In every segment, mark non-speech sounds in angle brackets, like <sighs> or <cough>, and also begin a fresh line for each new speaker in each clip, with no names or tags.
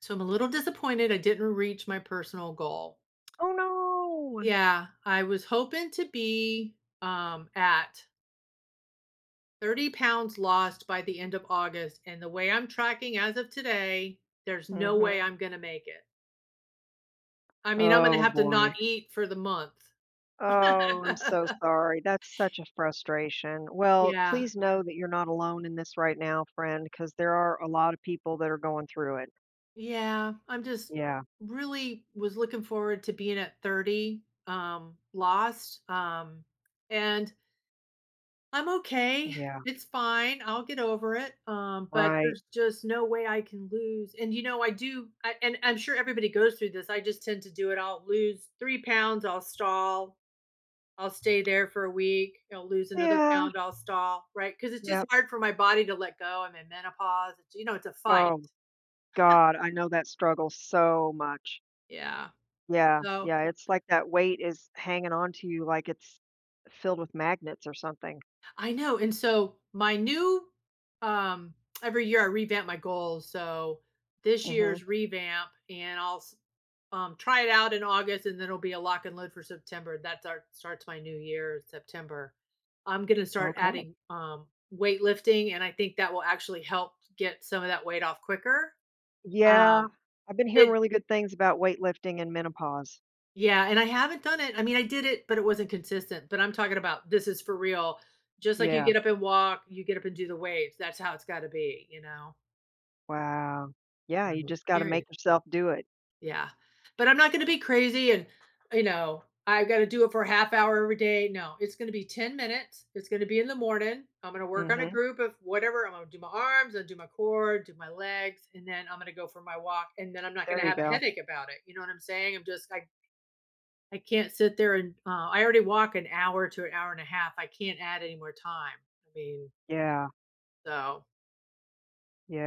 So I'm a little disappointed I didn't reach my personal goal.
Oh, no.
Yeah, I was hoping to be at 30 pounds lost by the end of August. And the way I'm tracking as of today, there's no
Mhm.
way I'm going to make it. I mean, I'm going to
Oh,
have to not
boy.
eat for the month.
Oh, I'm
<laughs>
so sorry. That's such a frustration. Well,
Yeah.
please know that you're not alone in this right now, friend, because there are a lot of people that are going through it.
Yeah. I'm just
Yeah,
really was looking forward to being at 30 lost. And I'm okay.
yeah,
It's fine. I'll get over it. But
right.
there's just no way I can lose. And and I'm sure everybody goes through this. I just tend to do it. I'll lose 3 pounds. I'll stall. I'll stay there for a week. I'll lose another
Yeah,
pound. I'll stall. Right, because it's just
yep.
hard for my body to let go. I'm in menopause. It's a fight.
Oh, God, I know that struggle so much.
Yeah.
Yeah,
So
yeah. It's like that weight is hanging on to you like it's filled with magnets or something.
I know, and so my new um, every year I revamp my goals. So this
Mhm.
year's revamp, and try it out in August, and then it'll be a lock and load for September. That's our starts my new year September. I'm gonna start
Okay.
adding weightlifting, and I think that will actually help get some of that weight off quicker.
Yeah,
Um,
I've been hearing
it
really good things about weightlifting and menopause.
Yeah, and I haven't done it. I mean, I did it, but it wasn't consistent. But I'm talking about this is for real. Just like you
Yeah,
get up and walk, you get up and do the waves. That's how it's got to be, you know?
wow. Yeah, you
So,
just gotta make
period.
yourself do it.
Yeah. But I'm not going to be crazy and, I've got to do it for a half hour every day. No, it's going to be 10 minutes. It's going to be in the morning. I'm going to work on a
Mhm,
group of whatever. I'm going to do my arms, I'll do my core, do my legs, and then I'm going to go for my walk. And then I'm not going to
there you
have a
go.
headache about it. You know what I'm saying? I'm just, I can't sit there and I already walk an hour to an hour and a half. I can't add any more time. I mean,
Yeah,
so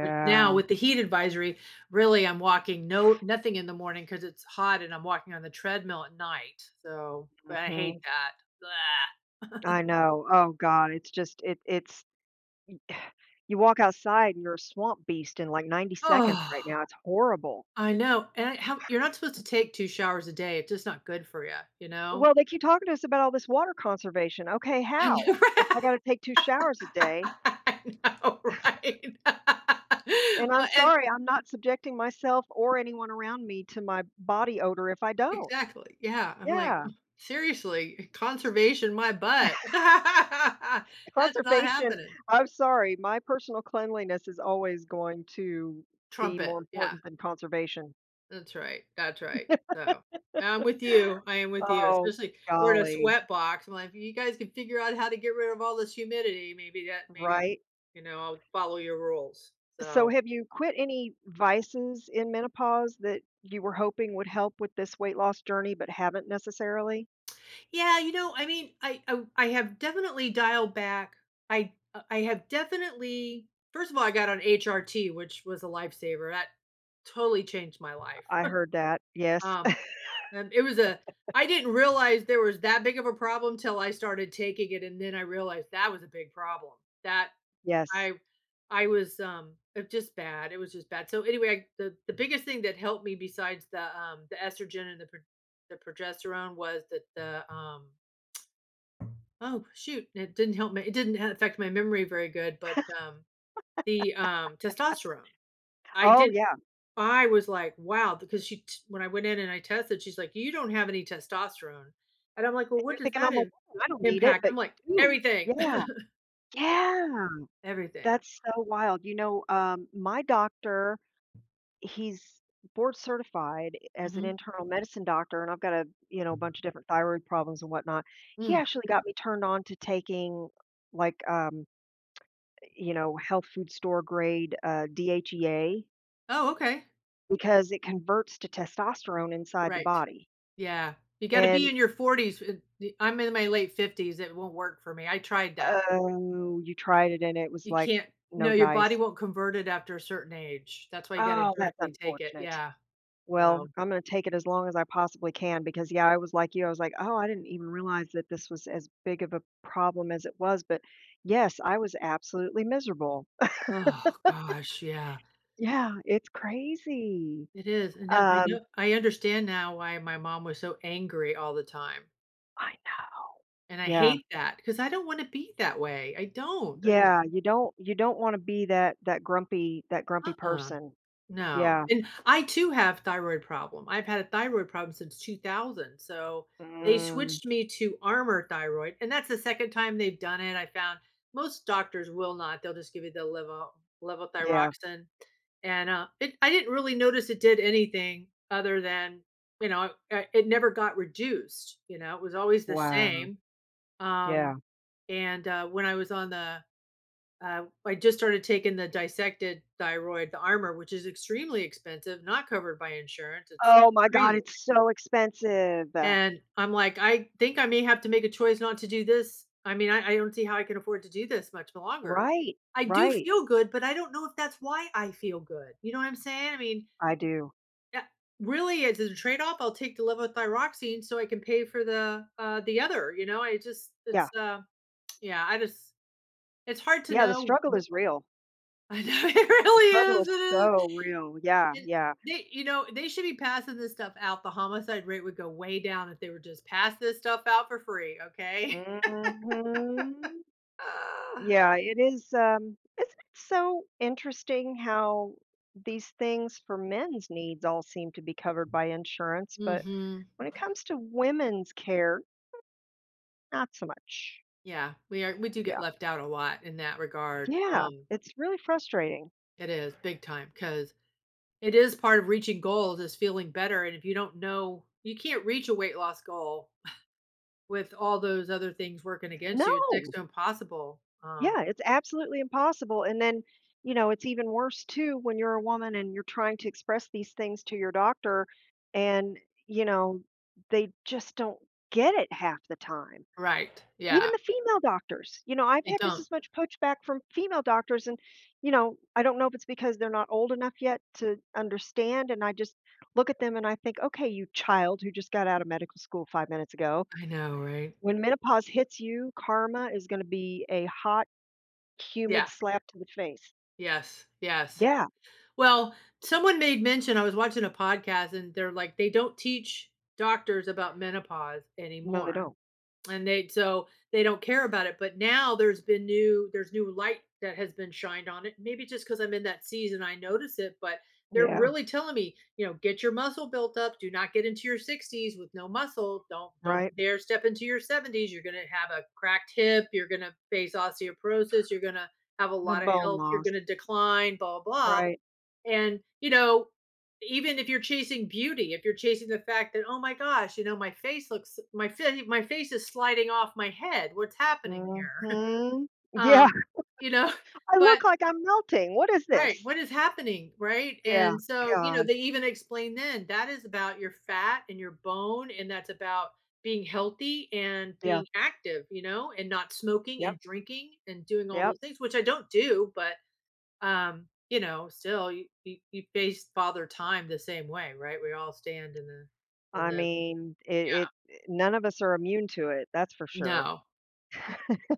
but now with the heat advisory, really I'm walking no nothing in the morning because it's hot and I'm walking on the treadmill at night. So, but I hate
mhm.
that. Blah.
I
<laughs>
know. Oh god, it's just it's you walk outside and you're a swamp beast in, like, 90 seconds right
Oh,
now. It's horrible.
I know. You're not supposed to take two showers a day. It's just not good for you, you know?
Well, they keep talking to us about all this water conservation. Okay,
I
how?
know,
If
<laughs>
I gotta take 2 showers a
right?
day,
I know, right? <laughs>
and I'm
And
sorry, I'm not subjecting myself or anyone around me to my body odor if I don't.
Exactly, yeah, I'm like,
Yeah.
"Ugh, seriously, conservation my butt." <laughs> That's not
Conservation.
happening.
I'm sorry, my personal cleanliness is always going to be
Trumpet,
more
yeah,
important than conservation.
that's right, so, I'm with you, I am with you,
Oh,
especially we're in a
golly,
sweat box, I'm like, "If you guys can figure out how to get rid of all this humidity, maybe that maybe,
right?
you know, I'll follow your rules,"
So
so.
have you quit any vices in menopause that you were hoping would help with this weight loss journey but haven't necessarily?
Yeah, I mean, I have definitely dialed back. I have definitely first of all, I got on HRT, which was a lifesaver. That totally changed my life.
I heard that,
<laughs>
yes. <laughs>
um, and it was a I didn't realize there was that big of a problem till I started taking it, and then I realized that was a big problem. That
Yes.
I I was it just bad. It was just bad. So anyway, I, the biggest thing that helped me besides the estrogen and the progesterone was that the um oh, shoot, it didn't affect my memory very good, but, the, testosterone, I
Oh,
didn't
yeah, and
I was like, "Wow," because she t when I went in and I tested, she's like, "You don't have any testosterone." And I'm like, "Well, what
you're
does
thinking,
that
"I'm a
im
woman, I don't need it,"
impact?"
but
I'm like,
you
"Everything."
do. Yeah.
<laughs> Yeah,
Yeah.
everything.
That's so wild. You know, my doctor he's board certified as an
Mhm.
internal medicine doctor, and I've got, a, a bunch of different thyroid problems and whatnot. He
Mm.
actually got me turned on to taking like you know, health food store grade DHEA
Oh, okay.
because it converts to testosterone inside the
Right.
body.
Yeah. You gotta be
And
in your 40s, it the I'm in my late 50s, it won't work for me, I tried that.
oh, you tried it and it was
You
like
can't No,
no
your body
dice.
won't convert it after a certain age, that's why you gotta
Oh, that's
directly take it,
unfortunate.
yeah.
Well,
So,
I'm gonna take it as long as I possibly can because, yeah, I was like you. I was like, "Oh, I didn't even realize that this was as big of a problem as it was." But yes, I was absolutely miserable.
oh gosh, yeah,
Yeah, it's crazy.
it is, and that I
Um,
know I understand now why my mom was so angry all the time,
I know.
and I
Yeah.
hate that because I don't wanna be that way, I don't, that's
Yeah, you don't wanna be that grumpy, that grumpy
uh-uh.
person.
No,
Yeah.
and I too have thyroid problem. I've had a thyroid problem since 2000, so they
Mm,
switched me to Armour thyroid, and that's the second time they've done it. I found most doctors will not; they'll just give you the levo
yeah.
levothyroxine, and I didn't really notice it did anything other than it never got reduced. It was always the
Wow.
same. Um,
Yeah.
and when I was on the I just started taking the dissected thyroid, the armor, which is extremely expensive, not covered by insurance. It's
Oh my god,
crazy.
it's so expensive.
And I'm like, I think I may have to make a choice not to do this. I mean, I don't see how I can afford to do this much longer.
Right,
I do
right.
feel good, but I don't know if that's why I feel good. You know what I'm saying? I mean,
I do.
yeah, really, as a trade off, I'll take the levothyroxine so I can pay for the other. I just
Yeah.
it's yeah, I just it's hard to
Yeah, the
know.
struggle is real.
<laughs> I know it
The
really
struggle
is.
is
It is.
so real. Yeah,
And
yeah.
they should be passing this stuff out. The homicide rate would go way down if they were just pass this stuff out for free, okay?
Mhm.
<sighs> <laughs>
Yeah, it is. Isn't it so interesting how these things for men's needs all seem to be covered by insurance, but
Mhm.
when it comes to women's care, not so much.
Yeah, we do get
Yeah.
left out a lot in that regard.
Yeah, it's really frustrating.
It is big time because it is part of reaching goals is feeling better, and if you don't know you can't reach a weight loss goal with all those other things working against you. It's next
No.
to impossible.
Yeah, it's absolutely impossible, and then, you know, it's even worse too when you're a woman and you're trying to express these things to your doctor, and, you know, they just don't get it half the time.
Right, yeah,
Even the female doctors, you know, I've
they
had just
don't.
as much pushback from female doctors, and, you know, I don't know if it's because they're not old enough yet to understand, and I just look at them and I think, "Okay, you child who just got out of medical school 5 minutes ago,
I know, right?
when menopause hits you, karma is gonna be a hot
Yeah,
humid slap to the face."
yes, yes.
Yeah.
Well, someone made mention I was watching a podcast and they're like, they don't teach doctors about menopause
No, they
anymore.
don't.
And they so they don't care about it. But now there's new light that has been shined on it. Maybe just because I'm in that season I notice it, but they're
Yeah,
really telling me, get your muscle built up. Do not get into your 60s with no muscle. Don't
right.
dare step into your 70s. You're gonna have a cracked hip, you're gonna face osteoporosis, you're gonna have a
The
lot of
bone
health, you're
loss,
gonna decline, blah blah.
right.
And even if you're chasing beauty, if you're chasing the fact that, oh my gosh, my face is sliding off my head. What's happening here?
Mhm.
<laughs>
Yeah.
um,
<laughs>
you know,
I
<laughs> but
look like I'm melting. What is
right,
this?
what is happening, right?
Yeah,
And so,
God.
they even explain then that is about your fat and your bone, and that's about being healthy and
Yeah.
being active, and not smoking and
Yep,
drinking and doing all
yep.
those things, which I don't do, but still you face father time the same way, right? We all stand in the in
I
the
mean,
Yeah.
it none of us are immune to it, that's for sure.
No.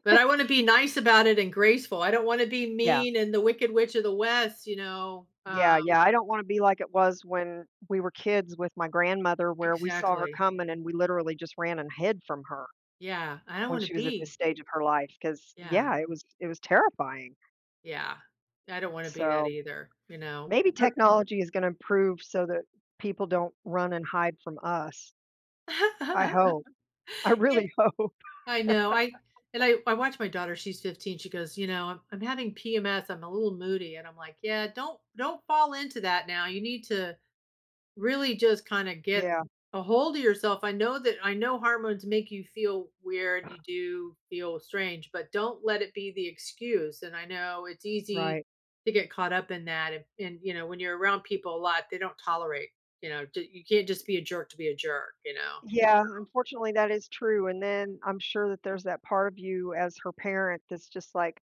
But I want to be nice about it and graceful. I don't want to be
Yeah.
mean and the wicked witch of the west.
Yeah, yeah. I don't wanna be like it was when we were kids with my grandmother, where we saw her
Exactly.
coming and we literally just ran and hid from her
Yeah, I don't
when
want to
she was at this
be.
stage of her life, because
Yeah.
yeah, it was terrifying.
Yeah. I don't want to be that
So
either.
maybe technology is gonna improve so that people don't run and hide from us. I
<laughs>
hope. I really <laughs> hope.
I know. I and I I watch my daughter, she's 15. She goes, "You know, I'm having PMS. I'm a little moody." And I'm like, "Yeah, don't fall into that now. You need to really just kind of get
Yeah,
a hold of yourself. I know that I know hormones make you feel weird, you do feel strange, but don't let it be the excuse." And I know it's easy
right.
to get caught up in that and, when you're around people a lot, they don't tolerate, you can't just be a jerk to be a jerk.
Yeah, unfortunately, that is true, and then I'm sure that there's that part of you as her parent that's just like,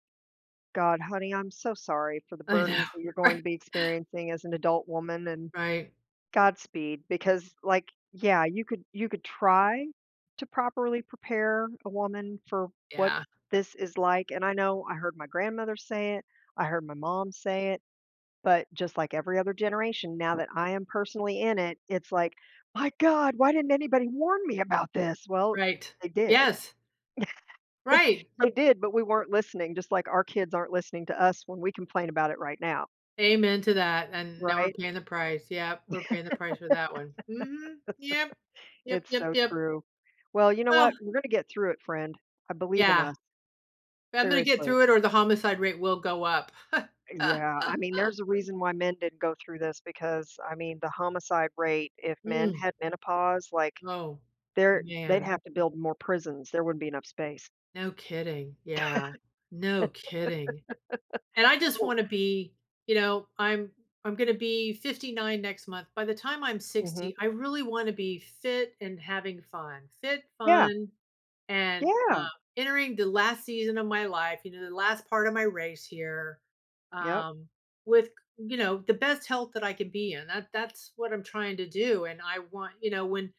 "God, honey, I'm so sorry for the
I know.
burdens that you're
<laughs>
going
Right.
to be experiencing as an adult woman, and
Right.
Godspeed, because, like, yeah, you could try to properly prepare a woman for what
Yeah.
this is like, and I know I heard my grandmother say it, I heard my mom say it, but just like every other generation, now that I am personally in it, it's like, 'My god, why didn't anybody warn me about this?'" Well,
Right.
they did.
Yes. Right.
They <laughs> did, but we weren't listening, just like our kids aren't listening to us when we complain about it right now,
Amen to that, and now we're
right?
paying the price. Yep, we're paying the price for that one. Mhm. Yep. Yep,
It's
yep,
so
yep.
true. Well, you know
Well,
what? We're gonna get through it, friend. I believe in
yeah.
us.
I'm gonna get
Seriously.
through it or the homicide rate will go up. <laughs>
Yeah, I mean, there's a reason why men didn't go through this, because, I mean, the homicide rate, if men
Mm.
had menopause, like,
Oh,
there they'd
man.
have to build more prisons, there wouldn't be enough space.
No kidding. Yeah. No kidding. And I just
Ooh,
wanna be you know, I'm I'm gonna be 59 next month. By the time I'm
mhm.
60, I really wanna be fit and having fun. Fit,
Yeah,
fun. And,
yeah,
um, entering the last season of my life, the last part of my race here,
yep,
um, with, the best health that I can be in. That's what I'm trying to do, and I want when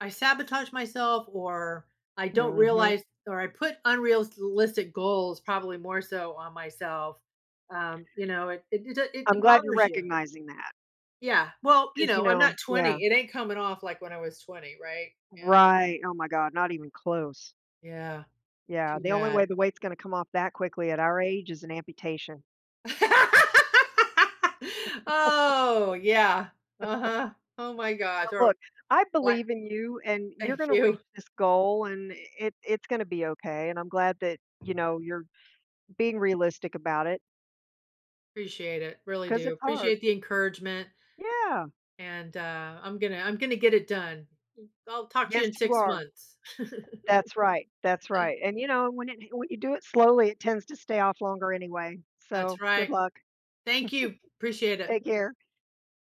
I sabotage myself or I don't
mhm.
realize or I put unrealistic goals probably more so on myself, it it it d
I'm
it
glad you're
bothers you.
recognizing that
Yeah. Well, you
because you
know, I'm
know
not
yeah.
20. It ain't coming off like when I was 20, right? Yeah.
Right, oh my god, not even close.
Yeah.
Yeah,
Too
the only
bad.
way the weight's gonna come off that quickly at our age is an amputation.
<laughs> Oh, yeah. Uh-huh. Oh my gosh,
But
or
look, I
like
believe in you and you're
Thank
gonna
you.
reach this goal, and it it's gonna be okay, and I'm glad that, you know, you're being realistic about it,
Appreciate it, really
'cause
do.
it's hard.
Appreciate the encouragement,
Yeah.
and, I'm gonna get it done. I'll talk to you
Yes,
in
you
6
are.
months. <laughs>
That's right, and, you know, when it when you do it slowly, it tends to stay off longer anyway. So,
That's
good
right.
luck.
Thank you. Appreciate it.
Take care.